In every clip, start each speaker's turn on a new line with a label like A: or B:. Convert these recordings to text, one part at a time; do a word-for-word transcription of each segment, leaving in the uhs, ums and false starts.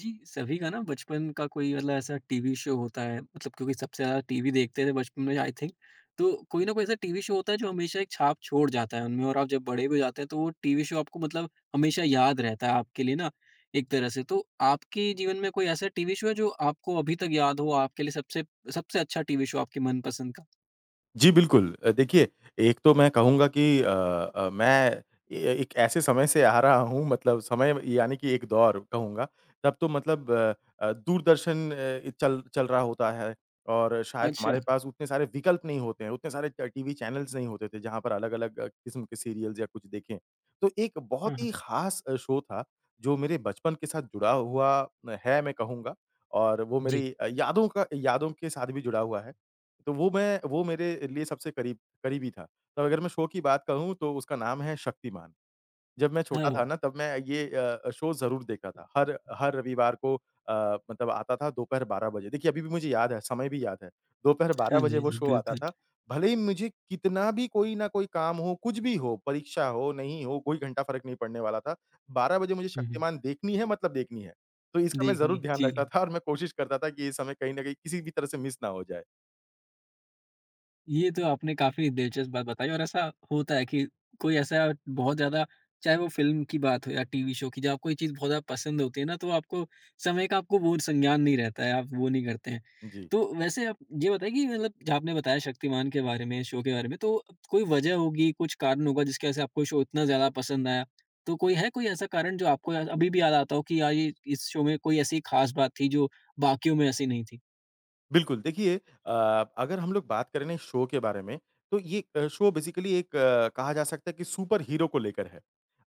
A: जी, सभी का ना बचपन का कोई मतलब ऐसा टीवी शो होता है मतलब क्योंकि सबसे ज़्यादा टीवी देखते थे बचपन में आई थिंक। तो कोई ना कोई ऐसा टीवी शो होता है जो हमेशा एक छाप छोड़ जाता है उनमें और आप जब बड़े भी हो जाते हैं तो वो टीवी शो आपको मतलब हमेशा याद रहता है आपके लिए ना एक तरह से। तो आपके जीवन में कोई ऐसा टीवी शो है जो आपको अभी तक याद हो आपके लिए सबसे सबसे अच्छा टीवी शो आपके मनपसंद का?
B: जी, बिल्कुल। अ, देखिए, एक तो मैं कहूँगा कि अ अ, मैं ए एक ऐसे समय से आ रहा हूँ मतलब समय यानी कि एक दौर कहूँगा। तब तो मतलब अ अ, दूरदर्शन अ, चल चल रहा होता है और शायद हमारे
A: अच्छा।
B: पास उतने सारे विकल्प नहीं होते हैं, उतने सारे ट टीवी चैनल्स नहीं होते थे, जहाँ पर अलग-अलग किस्म के सीरियल्स या कुछ देखें। तो एक
A: हाँ,
B: बहुत ही
A: हाँ।
B: ख़ास अ, शो था, जो मेरे बचपन के साथ जुड़ा हुआ है मैं कहूँगा और वो
A: जी।
B: मेरी अ, यादों का यादों के साथ भी जुड़ा हुआ है। तो वो मैं वो मेरे लिए सबसे करीब करीबी था। तो अगर मैं शो की बात कहूँ तो उसका नाम है शक्तिमान। जब मैं
A: हाँ,
B: छोटा था
A: वो।
B: ना तब मैं ये अ, शो ज़रूर देखता था। हर हर रविवार को अ, मतलब आता था दोपहर बारह बजे। देखिए अभी भी मुझे याद है, समय भी याद है। दोपहर बारह
A: हाँ
B: बजे
A: जी,
B: वो
A: जी,
B: शो आता
A: बिल्कुल।
B: था। भले ही मुझे कितना भी कोई ना कोई काम हो, कुछ भी हो, परीक्षा हो, नहीं हो, कोई घंटा फ़र्क नहीं पड़ने वाला था। बारह बजे मुझे
A: हुँ, हुँ।
B: शक्तिमान देखनी है मतलब देखनी है। तो इसका मैं ज़रूर
A: देखनी,
B: ध्यान
A: जी।
B: रखता था और मैं कोशिश करता था कि ये समय कहीं न कहीं किसी भी तरह से मिस ना हो जाए।
A: ये तो आपने काफ़ी दिलचस्प बात बताई और ऐसा होता है कि कोई ऐसा बहुत ज़्यादा चाहे वो फ़िल्म की बात हो या टीवी शो की जब आपको कोई चीज़ बहुत ज़्यादा पसंद होती है ना तो आपको समय का आपको वो संज्ञान नहीं रहता है, आप वो नहीं करते हैं।
B: जी।
A: तो वैसे आप ये बताइए कि मतलब जो आपने बताया शक्तिमान के बारे में, शो के बारे में तो कोई वजह होगी, कुछ कारण होगा जिसकी वजह से आपको शो इतना ज़्यादा पसंद आया? तो कोई है कोई ऐसा कारण जो आपको याद अभी भी याद आता हो कि यार ये इस शो में कोई ऐसी ख़ास बात थी जो बाकियों में ऐसी नहीं थी?
B: बिल्कुल, देखिए। अ, अगर हम लोग बात करें ना इस शो के बारे में, तो ये अ, शो बेसिकली एक अ, कहा जा सकता है कि सुपर हीरो को लेकर है।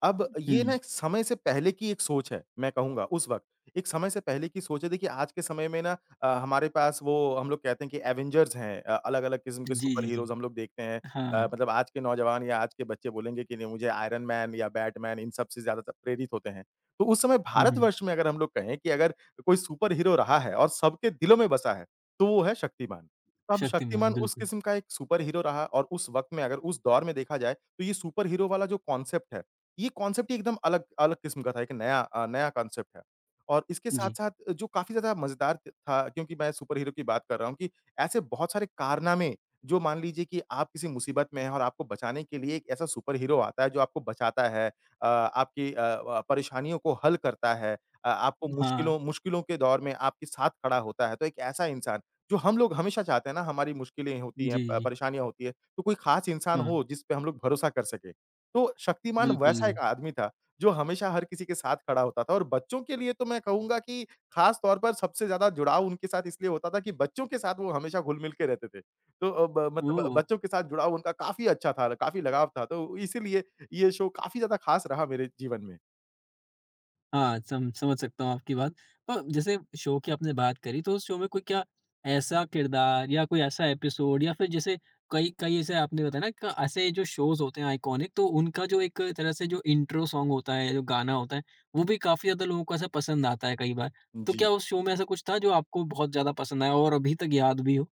B: अब ये ना
A: हुँ।
B: एक समय से पहले की एक सोच है, मैं कहूँगा उस वक़्त, एक समय से पहले की सोच है। देखिए आज के समय में ना अ, हमारे पास वो हम लोग कहते हैं कि एवेंजर्स हैं। अ, अलग-अलग किस्म के
A: जी,
B: सुपर
A: जी, जी।
B: हीरोज़ हम लोग देखते हैं। अ,
A: हाँ।
B: मतलब आज के नौजवान या आज के बच्चे बोलेंगे कि नहीं मुझे आयरन मैन या बैटमैन इन सब से ज़्यादा त प्रेरित होते हैं। तो उस समय
A: हुँ, हुँ।
B: भारतवर्ष में अगर हम लोग कहें कि अगर कोई सुपर हीरो रहा है और सबके दिलों में बसा है, तो वो है शक्तिमान। तो अब
A: शक्तिमान,
B: शक्तिमान उस
A: बिल्कुल।
B: किस्म का एक सुपर हीरो रहा और उस वक़्त में अगर उस दौर में देखा जाए, तो ये सुपर हीरो वाला जो कॉन्सेप्ट है, ये कॉन्सेप्ट ही एकदम अलग अलग किस्म का था, एक नया अ, नया कॉन्सेप्ट है। और इसके
A: जी।
B: साथ-साथ जो काफ़ी ज़्यादा मज़ेदार त था क्योंकि मैं सुपर हीरो की बात कर रहा हूँ कि ऐसे बहुत सारे कारनामे जो मान लीजिए कि आप किसी मुसीबत में हैं और आपको बचाने के लिए एक ऐसा सुपर हीरो आता है जो आपको बचाता है। अ, आपकी अ अ, परेशानियों को हल करता है। अ, आपको
A: हाँ,
B: मुश्किलों मुश्किलों के दौर में आपके साथ खड़ा होता है, तो एक ऐसा इंसान जो हम लोग हमेशा चाहते हैं ना हमारी मुश्किलें होती
A: जी,
B: हैं,
A: जी,
B: प
A: जी।
B: परेशानियाँ होती है, तो कोई ख़ास इंसान
A: हाँ,
B: हो जिस पे हम लोग भरोसा कर सकें। तो शक्तिमान वैसा
A: बिल्कुल।
B: एक आदमी था, जो हमेशा हर किसी के साथ खड़ा होता था और बच्चों के लिए तो मैं कहूँगा कि ख़ास तौर पर सबसे ज़्यादा जुड़ाव उनके साथ इसलिए होता था कि बच्चों के साथ वो हमेशा घुल-मिल के रहते थे। तो अ, ब मतलब
A: ओह!
B: बच्चों के साथ जुड़ाव उनका काफ़ी अच्छा था, काफ़ी लगाव था, तो इसीलिए ये शो काफ़ी ज़्यादा ख़ास रहा मेरे जीवन में।
A: हाँ, सम समझ सकता हूँ आपकी बात। अ, जैसे शो की आपने बात करी तो उस शो में कोई क्या ऐसा किरदार या कोई ऐसा एपिसोड या फिर जैसे कई कई ऐसे आपने बताया ना क ऐसे जो शोज़ होते हैं आइकॉनिक तो उनका जो एक तरह से जो इंट्रो सॉन्ग होता है, जो गाना होता है, वो भी काफ़ी ज़्यादा लोगों को ऐसा पसंद आता है कई बार। तो
B: जी।
A: क्या उस शो में ऐसा कुछ था जो आपको बहुत ज़्यादा पसंद आया और अभी तक याद भी हो?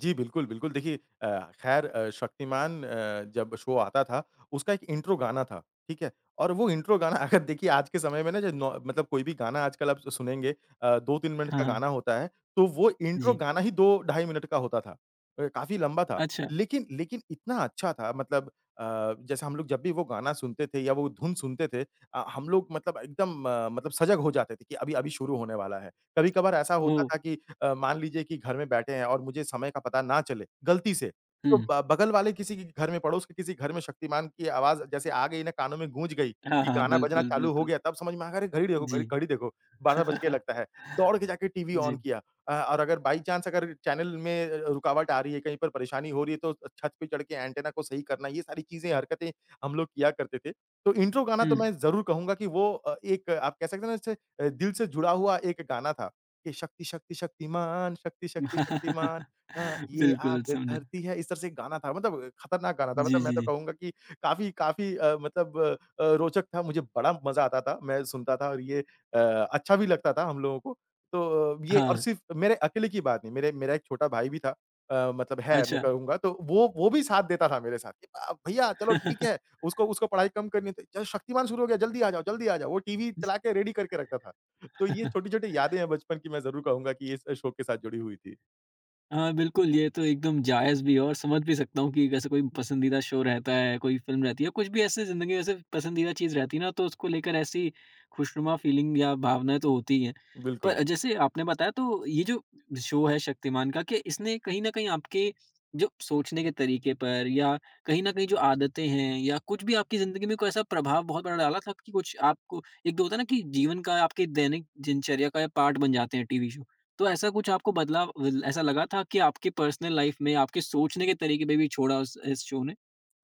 B: जी। बिल्कुल, बिल्कुल। देखिए। अ, खैर, अ, शक्तिमान, अ, जब शो आता था, उसका एक इंट्रो गाना था, ठीक है? और वो इंट्रो गाना अगर देखिए आज के समय में ना जो नौ मतलब कोई भी गाना आजकल आप सुनेंगे अ, दो तीन मिनट
A: हाँ,
B: का गाना
A: हाँ।
B: होता है, तो वो इंट्रो
A: जी।
B: गाना ही दो ढाई मिनट का होता था। अ, काफ़ी लंबा था।
A: अच्छा।
B: लेकिन लेकिन इतना अच्छा था। मतलब अ, जैसे हम लोग जब भी वो गाना सुनते थे या वो धुन सुनते थे अ, हम लोग मतलब एकदम अ, मतलब सजग हो जाते थे कि अभी अभी शुरू होने वाला है। कभी-कभार ऐसा होता
A: ओह!
B: था कि अ, मान लीजिए कि घर में बैठे हैं और मुझे समय का पता ना चले, गलती से, तो
A: हुँ।
B: ब बगल वाले किसी के घर में, पड़ोस के किसी घर में शक्तिमान की आवाज़ जैसे आ गई ना कानों में गूँज गई,
A: हाँ,
B: कि
A: हाँ, हाँ,
B: गाना बजना
A: बिल्कुल,
B: चालू हो
A: बिल्कुल।
B: गया, तब समझ में आ गया अरे! घड़ी देखो,
A: जी।
B: घड़ी घड़ी देखो, बारह बज गए लगता है। दौड़ के जाके टीवी ऑन
A: जी।
B: किया। अ, और अगर बाई चांस अगर चैनल में अ, रुकावट आ रही है, कहीं पर परेशानी हो रही है, तो छत पे चढ़ के एंटीना को सही करना, ये सारी चीज़ें, हरकतें हम लोग किया करते थे। तो इंट्रो गाना तो
A: हुँ।
B: मैं ज़रूर कहूँगा कि वो अ, एक अ, आप कह सकते हैं ना जैसे अ, दिल से जुड़ा हुआ एक गाना था। ये शक्ति शक्ति शक्तिमान, शक्ति शक्ति शक्तिमान, हाँ, ये
A: बिल्कुल,
B: आग
A: समझा।
B: धरती है, इस तरह से एक गाना था। मतलब खतरनाक गाना था,
A: जी,
B: मतलब मैं
A: जी,
B: तो
A: जी।
B: कहूँगा कि काफ़ी काफ़ी अ, मतलब अ, रोचक था, मुझे बड़ा मज़ा आता था, मैं सुनता था और ये अ, अच्छा भी लगता था हम लोगों को। तो ये और
A: हाँ,
B: सिर्फ़ मेरे अकेले की बात नहीं, मेरे मेरा एक छोटा भाई भी था, अ, मतलब है मैं
A: अच्छा।
B: कहूँगा तो वो वो भी साथ देता था मेरे साथ कि अ, भैया चलो ठीक है, उसको उसको पढ़ाई कम करनी थी, "चल शक्तिमान शुरू हो गया, जल्दी आ जाओ, जल्दी आ जाओ।" वो टीवी
A: जी
B: चला के रेडी करके रखता था। तो ये छोटी-छोटी यादें हैं बचपन की, मैं ज़रूर कहूँगा कि इस शो के साथ जुड़ी हुई थी।
A: हाँ, बिल्कुल, ये तो एकदम जायज़ भी है और समझ भी सकता हूँ कि जैसे कोई पसंदीदा शो रहता है, कोई फ़िल्म रहती है, कुछ भी ऐसे ज़िंदगी में ऐसे पसंदीदा चीज़ रहती है ना, तो उसको लेकर ऐसी खुशनुमा फ़ीलिंग या भावनाएँ तो होती ही हैं।
B: बिल्कुल।
A: पर जैसे आपने बताया तो ये जो शो है शक्तिमान का, क्या इसने कहीं न कहीं आपके जो सोचने के तरीके पर या कहीं न कहीं जो आदतें हैं या कुछ भी आपकी ज़िंदगी में कोई ऐसा प्रभाव बहुत बड़ा डाला था कि कुछ आपको एक तो होता है ना कि जीवन का आपके दैनिक दिनचर्या का पार्ट बन जाते हैं टीवी शो? तो ऐसा कुछ आपको बदलाव ल ऐसा लगा था कि आपके पर्सनल लाइफ़ में आपके सोचने के तरीके पे भी छोड़ा उस इस शो ने?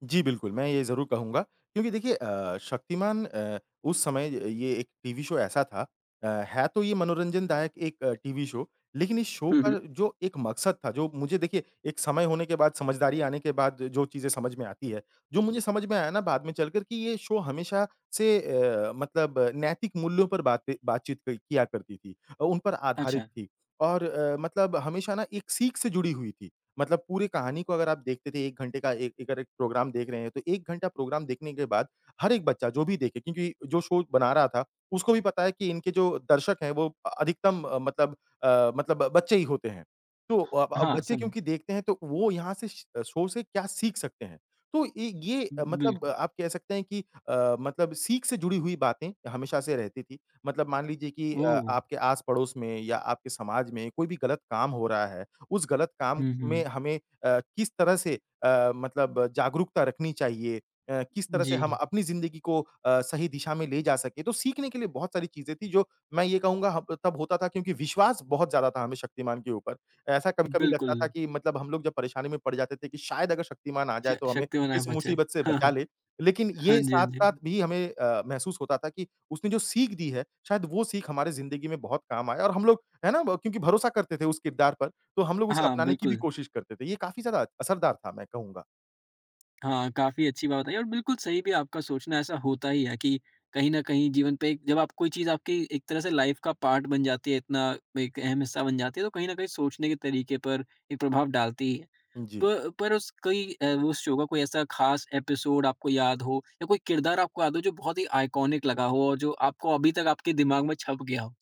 B: जी, बिल्कुल, मैं ये ज़रूर कहूँगा क्योंकि देखिए अ, शक्तिमान, अ, उस समय ये एक टीवी शो ऐसा था। अ, है तो ये मनोरंजनदायक एक अ, टीवी शो, लेकिन इस शो
A: हुँ,
B: का
A: हुँ।
B: जो एक मकसद था, जो मुझे देखिए एक समय होने के बाद, समझदारी आने के बाद जो चीज़ें समझ में आती है, जो मुझे समझ में आया ना बाद में चलकर कि ये शो हमेशा से अ, मतलब अ, नैतिक मूल्यों पर बातें बातचीत क किया करती थी। अ, उन पर आधारित
A: अच्छा,
B: थी और अ, मतलब हमेशा ना एक सीख से जुड़ी हुई थी। मतलब पूरी कहानी को अगर आप देखते थे, एक घंटे का एक एक- अगर एक प्रोग्राम देख रहे हैं, तो एक घंटा प्रोग्राम देखने के बाद हर एक बच्चा जो भी देखे, क्योंकि जो शो बना रहा था, उसको भी पता है कि इनके जो दर्शक हैं वो अ, अधिकतम अ, मतलब अ, मतलब बच्चे ही होते हैं। तो अ, ब
A: हाँ,
B: बच्चे
A: समझा।
B: क्योंकि देखते हैं तो वो यहाँ से श शो से क्या सीख सकते हैं। तो ये ये अ, मतलब
A: बिल्कुल।
B: आप कह सकते हैं कि अ, मतलब सीख से जुड़ी हुई बातें हमेशा से रहती थी। मतलब मान लीजिए कि अ,
A: ओह!
B: आपके आस-पड़ोस में या आपके समाज में कोई भी गलत काम हो रहा है, उस गलत काम
A: हुँ,
B: में
A: हुँ।
B: हमें अ, किस तरह से अ, मतलब जागरूकता रखनी चाहिए, अ, किस तरह से हम
A: जी,
B: अपनी ज़िंदगी को अ, सही दिशा में ले जा सकें। तो सीखने के लिए बहुत सारी चीज़ें थी, जो मैं ये कहूँगा हब तब होता था क्योंकि विश्वास बहुत ज़्यादा था हमें शक्तिमान के ऊपर। ऐसा कभी-कभी लगता
A: बिल्कुल।
B: था कि मतलब हम लोग जब परेशानी में पड़ जाते थे कि शायद अगर शक्तिमान आ जाए
A: श
B: तो हमें
A: शक्ति बनाए
B: इस
A: बचाए।
B: मुसीबत से
A: हाँ,
B: बचा
A: हाँ।
B: ले। लेकिन
A: हाँ
B: ये
A: जी, हाँ जी। हाँ,
B: साथ-साथ
A: जी।
B: भी हमें अ, महसूस होता था कि उसने जो सीख दी है, शायद वो सीख हमारे ज़िंदगी में बहुत काम आए और हम लोग है ना, क्योंकि भरोसा करते थे उस किरदार पर, तो हम लोग उसे
A: हाँ,
B: अपनाने की भी
A: बिल्कुल।
B: कोशिश करते थे। ये काफ़ी ज़्यादा असरदार था, मैं कहूँगा।
A: हाँ, काफ़ी अच्छी बात है और बिल्कुल सही भी आपका सोचना ऐसा होता ही है कि कहीं न कहीं जीवन पे एक- जब आप कोई चीज़ आपकी एक तरह से लाइफ़ का पार्ट बन जाती है, इतना एक अहम हिस्सा बन जाती है, तो कहीं न कहीं सोचने के तरीके पर एक प्रभाव डालती ही है।
B: जी।
A: प पर उस कोई अ, उस शो का कोई ऐसा ख़ास एपिसोड आपको याद हो या कोई किरदार आपको याद हो जो बहुत ही आइकॉनिक लगा हो और जो आपको अभी तक आपके दिमाग में छप गया हो?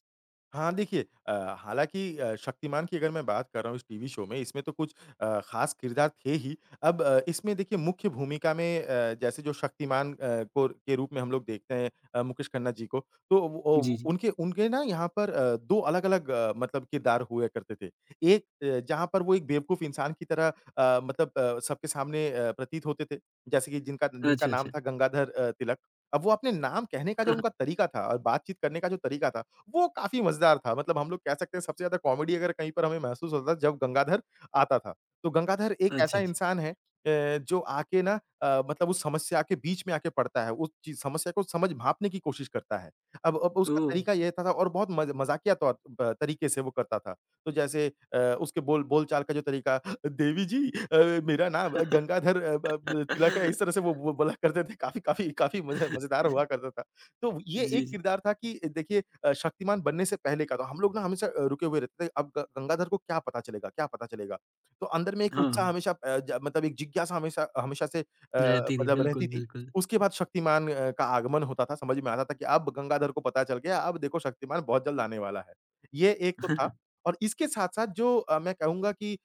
B: हाँ, देखिए, अ, हालाँकि अ, शक्तिमान की अगर मैं बात कर रहा हूँ इस टीवी शो में, इसमें तो कुछ अ, ख़ास किरदार थे ही। अब अ, इसमें देखिए मुख्य भूमिका में अ, जैसे जो शक्तिमान अ, को के रूप में हम लोग देखते हैं अ, मुकेश खन्ना जी को, तो ओ
A: जी,
B: वो
A: जी।
B: उनके उनके ना यहाँ पर अ, दो अलग-अलग अ, मतलब किरदार हुआ करते थे। एक अ, जहाँ पर वो एक बेवकूफ़ इंसान की तरह अ, मतलब अ, सबके सामने अ, प्रतीत होते थे, जैसे कि जिनका जिनका
A: अच्छा,
B: नाम
A: अच्छा।
B: था गंगाधर अ, तिलक। अब वो अपने नाम कहने का जो उनका तरीका था और बातचीत करने का जो तरीका था, वो काफ़ी मज़ेदार था। मतलब हम लोग कह सकते हैं सबसे ज़्यादा कॉमेडी अगर कहीं पर हमें महसूस होता था जब गंगाधर आता था। तो गंगाधर एक
A: अच्छा,
B: ऐसा
A: अच्छा।
B: इंसान है अ, जो आके ना अ, मतलब उस समस्या के बीच में आके पड़ता है। उस चीज़ समस्या को समझ भाँपने की कोशिश करता है। अब अब उसका
A: ओह!
B: तरीका ये था था और बहुत मज़ मज़ाकिया तौर ब तरीके से वो करता था। तो जैसे अ, उसके बोल बोलचाल का जो तरीका, देवी जी, अ, मेरा नाम अ, गंगाधर, अ, ब ब तिलक है। इस तरह से वो वो बोला करते थे। काफ़ी काफ़ी काफ़ी मज़े मज़ेदार हुआ करता था। तो ये एक
A: जी, जी।
B: किरदार था कि देखिए अ, शक्तिमान बनने से पहले का था। हम लोग ना हमेशा अ, रुके हुए रहते थे, अब ग गंगाधर को क्या पता चलेगा, क्या पता चलेगा? तो अंदर में एक उत्साह
A: हाँ,
B: हमेशा अ, ज मतलब एक जिज्ञासा हमेशा हमेशा से अ,
A: रहती थी।
B: मतलब रहती
A: बिल्कुल,
B: थी।
A: बिल्कुल।
B: उसके बाद शक्तिमान अ, का आगमन होता था, समझ में आता था कि अब गंगाधर को पता चल गया, अब देखो शक्तिमान बहुत जल्द आने वाला है। ये एक तो था और इसके साथ-साथ जो अ, मैं कहूँगा कि अ,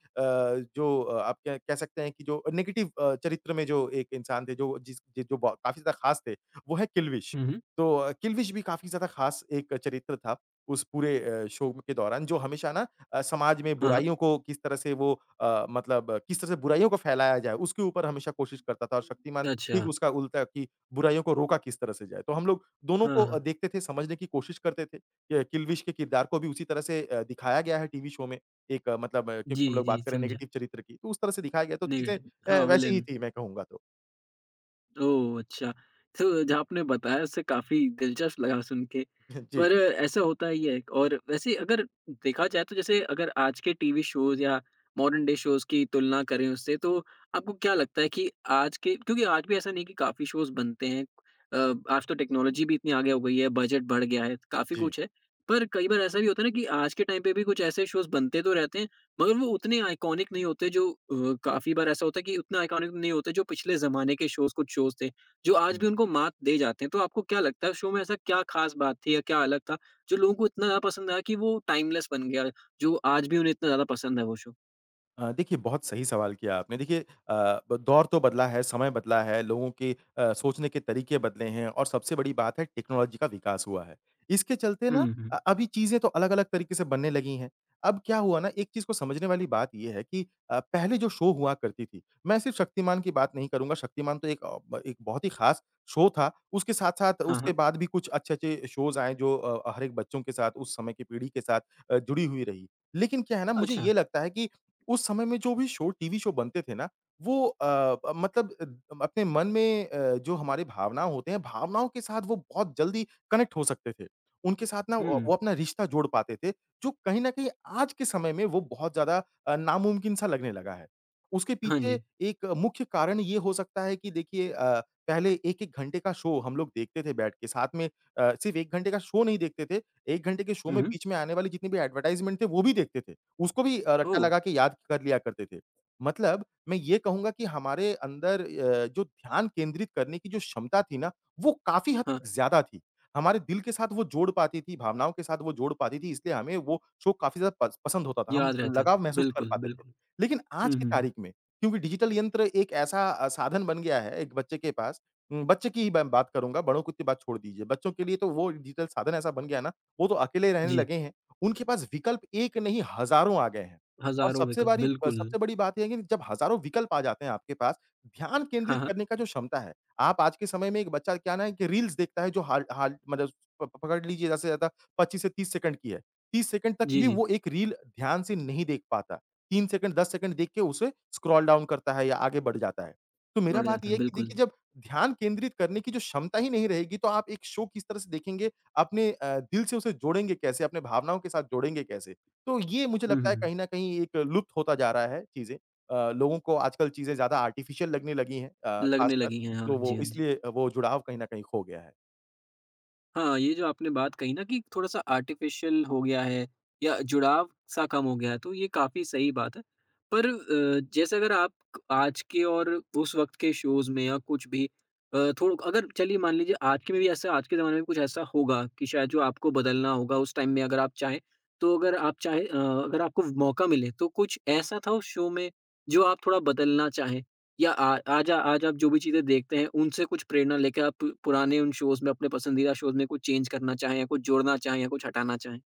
B: जो अ, आप कह कह सकते हैं कि जो नेगेटिव अ, चरित्र में जो एक इंसान थे, जो जिस जो ब काफ़ी ज़्यादा ख़ास थे, वो है किल्विश।
A: हुँ, हुँ।
B: तो अ, किलविश भी काफ़ी ज़्यादा ख़ास एक चरित्र था, उस पूरे अ, शो के दौरान जो हमेशा ना अ, समाज में
A: हाँ, हाँ।
B: बुराइयों को किस तरह से वो अ, मतलब अ, किस तरह से बुराइयों को फैलाया जाए, उसके ऊपर हमेशा कोशिश करता था और शक्तिमान ठीक
A: अच्छा।
B: उसका उल्टा कि बुराइयों को रोका किस तरह से जाए। तो हम लोग दोनों
A: हाँ,
B: को अ,
A: हाँ।
B: देखते थे, समझने की कोशिश करते थे। अ, किलविश के किरदार को भी उसी तरह से अ, दिखाया गया है टीवी शो में, एक अ, मतलब अ, क्योंकि
A: जी,
B: हम लोग
A: जी
B: बात कर रहे हैं
A: समझा।
B: नेगेटिव चरित्र की, तो उस तरह से दिखाया गया तो चीज़ें
A: नेगेटिव।
B: अ,
A: हाँ,
B: वैसी ही
A: विलेन।
B: थी मैं कहूँगा तो।
A: ओह! अच्छा। तो जो आपने बताया उससे काफ़ी दिलचस्प लगा सुन के।
B: जी,
A: पर ऐसा होता ही है और वैसे अगर देखा जाए तो जैसे अगर आज के टीवी शोज़ या मॉडर्न डे शोज़ की तुलना करें उससे तो आपको क्या लगता है कि आज के क्योंकि आज भी ऐसा नहीं है कि काफ़ी शोज़ बनते हैं। अ, आज तो टेक्नोलॉजी भी इतनी आगे हो गई है, बजट बढ़ गया है, काफ़ी
B: जी।
A: कुछ है। पर कई बार ऐसा भी होता है ना कि आज के टाइम पे भी कुछ ऐसे शोज़ बनते तो रहते हैं मगर वो उतने आइकॉनिक नहीं होते जो अ, काफ़ी बार ऐसा होता है कि उतने आइकॉनिक नहीं होते जो पिछले ज़माने के शोज़ कुछ शोज़ थे, जो आज भी उनको मात दे जाते हैं। तो आपको क्या लगता है शो में ऐसा क्या ख़ास बात थी या क्या अलग था, जो लोगों को इतना ज़्यादा पसंद आया कि वो टाइमलेस बन गया, जो आज भी उन्हें इतना ज़्यादा पसंद है वो शो?
B: अ, देखिए, बहुत सही सवाल किया आपने। देखिए अ, ब दौर तो बदला है, समय बदला है, लोगों के अ, सोचने के तरीके बदले हैं और सबसे बड़ी बात है टेक्नोलॉजी का विकास हुआ है। इसके चलते ना
A: हुँ,
B: अ,
A: हुँ।
B: अभी चीज़ें तो अलग-अलग तरीके से बनने लगी हैं। अब क्या हुआ ना, एक चीज़ को समझने वाली बात ये है कि अ, पहले जो शो हुआ करती थी, मैं सिर्फ़ शक्तिमान की बात नहीं करूँगा, शक्तिमान तो एक अ, ब एक बहुत ही ख़ास शो था। उसके साथ-साथ
A: हाँ,
B: उसके
A: हाँ।
B: बाद भी कुछ अच्छे-अच्छे शोज़ आए जो अ, हर एक बच्चों के साथ, उस समय की पीढ़ी के साथ अ, जुड़ी हुई रही। लेकिन क्या है ना, मुझे
A: अच्छा।
B: ये लगता है कि उस समय में जो भी शो टीवी शो बनते थे ना, वो अ अ, मतलब अ, अपने मन में अ, जो हमारे भावना होते हैं, भावनाओं के साथ वो बहुत जल्दी कनेक्ट हो सकते थे। उनके साथ ना वो
A: हुँ।
B: वो अपना रिश्ता जोड़ पाते थे, जो कहीं न कहीं आज के समय में वो बहुत ज़्यादा अ, नामुमकिन-सा लगने लगा है। उसके
A: हाँ
B: पीछे
A: जी।
B: एक मुख्य कारण ये हो सकता है कि देखिए अ, पहले एक एक घंटे का शो हम लोग देखते थे बैठ के, साथ में अ, सिर्फ़ एक घंटे का शो नहीं देखते थे, एक घंटे के शो
A: हुँ,
B: में
A: हुँ।
B: बीच में आने वाली जितनी भी एडवर्टाइज़मेंट थे, वो भी देखते थे। उसको भी अ, रट्टा
A: ओह!
B: लगा के याद कर लिया करते थे। मतलब मैं ये कहूँगा कि हमारे अंदर अ, जो ध्यान केंद्रित करने की जो क्षमता थी ना, वो काफ़ी हद
A: हाँ,
B: तक ज़्यादा थी। हमारे दिल के साथ वो जोड़ पाती थी, भावनाओं के साथ वो जोड़ पाती थी, इसलिए हमें वो शो काफ़ी ज़्यादा पस पसंद होता था, हम
A: याद रहते थे।
B: लगाव महसूस कर
A: बिल्कुल,
B: पाते थे।
A: बिल्कुल।
B: लेकिन आज
A: हुँ,
B: की
A: हुँ, हुँ।
B: तारीख में क्योंकि डिजिटल यंत्र एक ऐसा अ, साधन बन गया है एक बच्चे के पास उम, बच्चे की ही मैं बात करूँगा, बड़ों की तो बात छोड़ दीजिए। बच्चों के लिए तो वो डिजिटल साधन ऐसा बन गया है ना, वो तो अकेले रहने
A: जी,
B: लगे हैं। उनके पास विकल्प एक नहीं हज़ारों आ गए हैं। और
A: हज़ारों
B: सबसे
A: विकल्प
B: बारी अ,
A: बिल्कुल।
B: सबसे बड़ी बात ये है कि जब हज़ारों विकल्प आ जाते हैं आपके पास, ध्यान
A: हाँ,
B: केंद्रित
A: हाँ।
B: करने का जो क्षमता है, आप आज के समय में एक बच्चा क्या ना है कि रील्स देखता है जो हाल हाल मतलब प प- पकड़ लीजिए ज़्यादा से ज़्यादा पच्चीस से तीस सेकंड की है। तीस सेकंड तक
A: जी,
B: भी
A: जी।
B: वो एक रील ध्यान से नहीं देख पाता। तीन सेकंड, दस सेकंड देख के उसे स्क्रॉल डाउन करता है या आगे बढ़ जाता है। तो मेरा
A: बढ़
B: बात
A: जाता
B: ये
A: है,
B: है कि देखिए
A: बिल्कुल।
B: जब ध्यान केंद्रित करने की जो क्षमता ही नहीं रहेगी, तो आप एक शो किस तरह से देखेंगे अपने अ, दिल से उसे जोड़ेंगे कैसे, अपने भावनाओं के साथ जोड़ेंगे कैसे? तो ये मुझे
A: हुँ,
B: लगता
A: हुँ,
B: है
A: हुँ।
B: कहीं न कहीं एक लुप्त होता जा रहा है चीज़ें। अ, लोगों को आजकल चीज़ें ज़्यादा आर्टिफ़िशियल लगने लगी हैं अ,
A: लगने
B: खासकर,
A: लगी हैं। हाँ
B: तो वो
A: जी, हाँ जी।
B: इसलिए वो जुड़ाव कहीं न कहीं खो गया है।
A: हाँ, ये जो आपने बात कही ना कि थोड़ा-सा आर्टिफ़िशियल हो गया है या जुड़ाव-सा कम हो गया है, तो ये काफ़ी सही बात है। पर अ, जैसे अगर आप क आज के और उस वक़्त के शोज़ में या कुछ भी अ, थोड़ा अगर चलिए मान लीजिए आज के में भी ऐसा आज के ज़माने में कुछ ऐसा होगा कि शायद जो आपको बदलना होगा उस टाइम में अगर आप चाहें, तो अगर आप चाहें अ, अगर आपको मौका मिले, तो कुछ ऐसा था उस शो में जो आप थोड़ा बदलना चाहें? या आ, आज आ- आज आप जो भी चीज़ें देखते हैं उनसे कुछ प्रेरणा लेकर आप पु- पुराने उन शोज में अपने पसंदीदा शोज में कुछ चेंज करना चाहें या कुछ जोड़ना चाहें या कुछ हटाना चाहें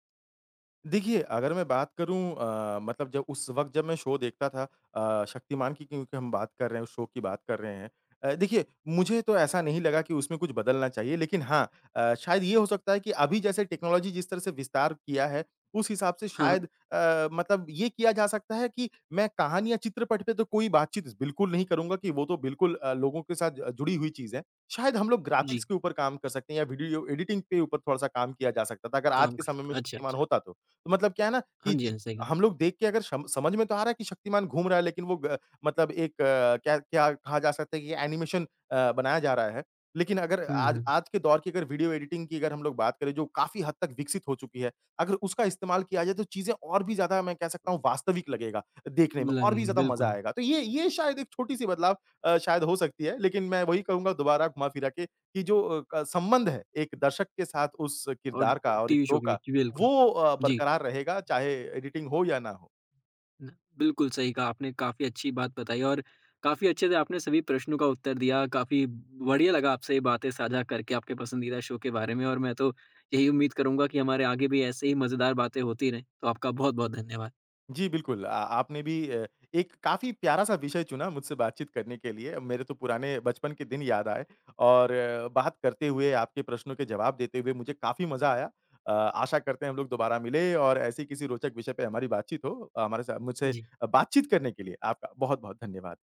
B: देखिए, अगर मैं बात करूँ अ, मतलब जब उस वक़्त जब मैं शो देखता था अ, शक्तिमान की क्योंकि हम बात कर रहे हैं, उस शो की बात कर रहे हैं। अ, देखिए, मुझे तो ऐसा नहीं लगा कि उसमें कुछ बदलना चाहिए, लेकिन हाँ अ, शायद ये हो सकता है कि अभी जैसे टेक्नोलॉजी जिस तरह से विस्तार किया है, उस हिसाब से
A: हाँ हाँ,
B: शायद अ, मतलब ये किया जा सकता है कि मैं कहानी या चित्रपट पे तो कोई बातचीत बिल्कुल नहीं करूँगा कि वो तो बिल्कुल अ, लोगों के साथ अ, जुड़ी हुई चीज़ है। शायद हम लोग ग्राफ़िक्स
A: जी
B: के ऊपर काम कर सकते हैं या वीडियो एडिटिंग के ऊपर थोड़ा-सा काम किया जा सकता था, अगर आज
A: काम
B: के
A: कर
B: समय में
A: सकते अच्छा
B: शक्तिमान
A: अच्छा
B: होता तो। तो मतलब क्या है ना कि
A: हाँ जी
B: जि
A: हाँ सही कहा
B: हम लोग देख के अगर सम समझ में तो आ रहा है कि शक्तिमान घूम रहा है, लेकिन वो ग मतलब एक अ, क्या क्या कहा जा सकता है कि एनिमेशन अ, बनाया जा रहा है। लेकिन अगर आज
A: हम्म
B: आज के दौर की अगर वीडियो एडिटिंग की अगर हम लोग बात करें, जो काफ़ी हद तक विकसित हो चुकी है, अगर उसका इस्तेमाल किया जाए, तो चीज़ें और भी ज़्यादा मैं कह सकता हूँ वास्तविक लगेगा देखने
A: हम्म
B: में और भी
A: लगेंगे
B: ज़्यादा मज़ा
A: बिल्कुल
B: आएगा। तो ये ये शायद एक छोटी-सी बदलाव अ, शायद हो सकती है, लेकिन मैं वही कहूँगा दोबारा घुमा-फिरा के कि जो अ, क संबंध है एक दर्शक के साथ उस
A: और
B: किरदार का और इस
A: टीवी
B: शो
A: शो के
B: का
A: बीच
B: वो
A: बिल्कुल
B: अ,
A: जी
B: बरकरार रहेगा चाहे एडिटिंग हो या ना हो।
A: न- बिल्कुल सही कहा आपने काफी अच्छी बात बताई और काफी अच्छे से आपने सभी प्रश्नों का उत्तर दिया काफी बढ़िया लगा आपसे ये बातें साझा करके आपके पसंदीदा शो के बारे में और मैं तो यही उम्मीद करूंगा कि हमारे आगे भी ऐसे ही मजेदार बातें होती रहें तो आपका बहुत बहुत धन्यवाद
B: जी, बिल्कुल, आ आपने भी अ, एक काफ़ी प्यारा-सा विषय चुना मुझसे बातचीत करने के लिए। मेरे तो पुराने बचपन के दिन याद आए और अ, बात करते हुए, आपके प्रश्नों के जवाब देते हुए मुझे काफ़ी मज़ा आया। अ, आशा करते हैं हम लोग दोबारा मिलें और ऐसे ही किसी रोचक विषय पे हमारी बातचीत हो। हमारे साथ मुझसे
A: जी।
B: बातचीत करने के लिए आपका बहुत-बहुत धन्यवाद।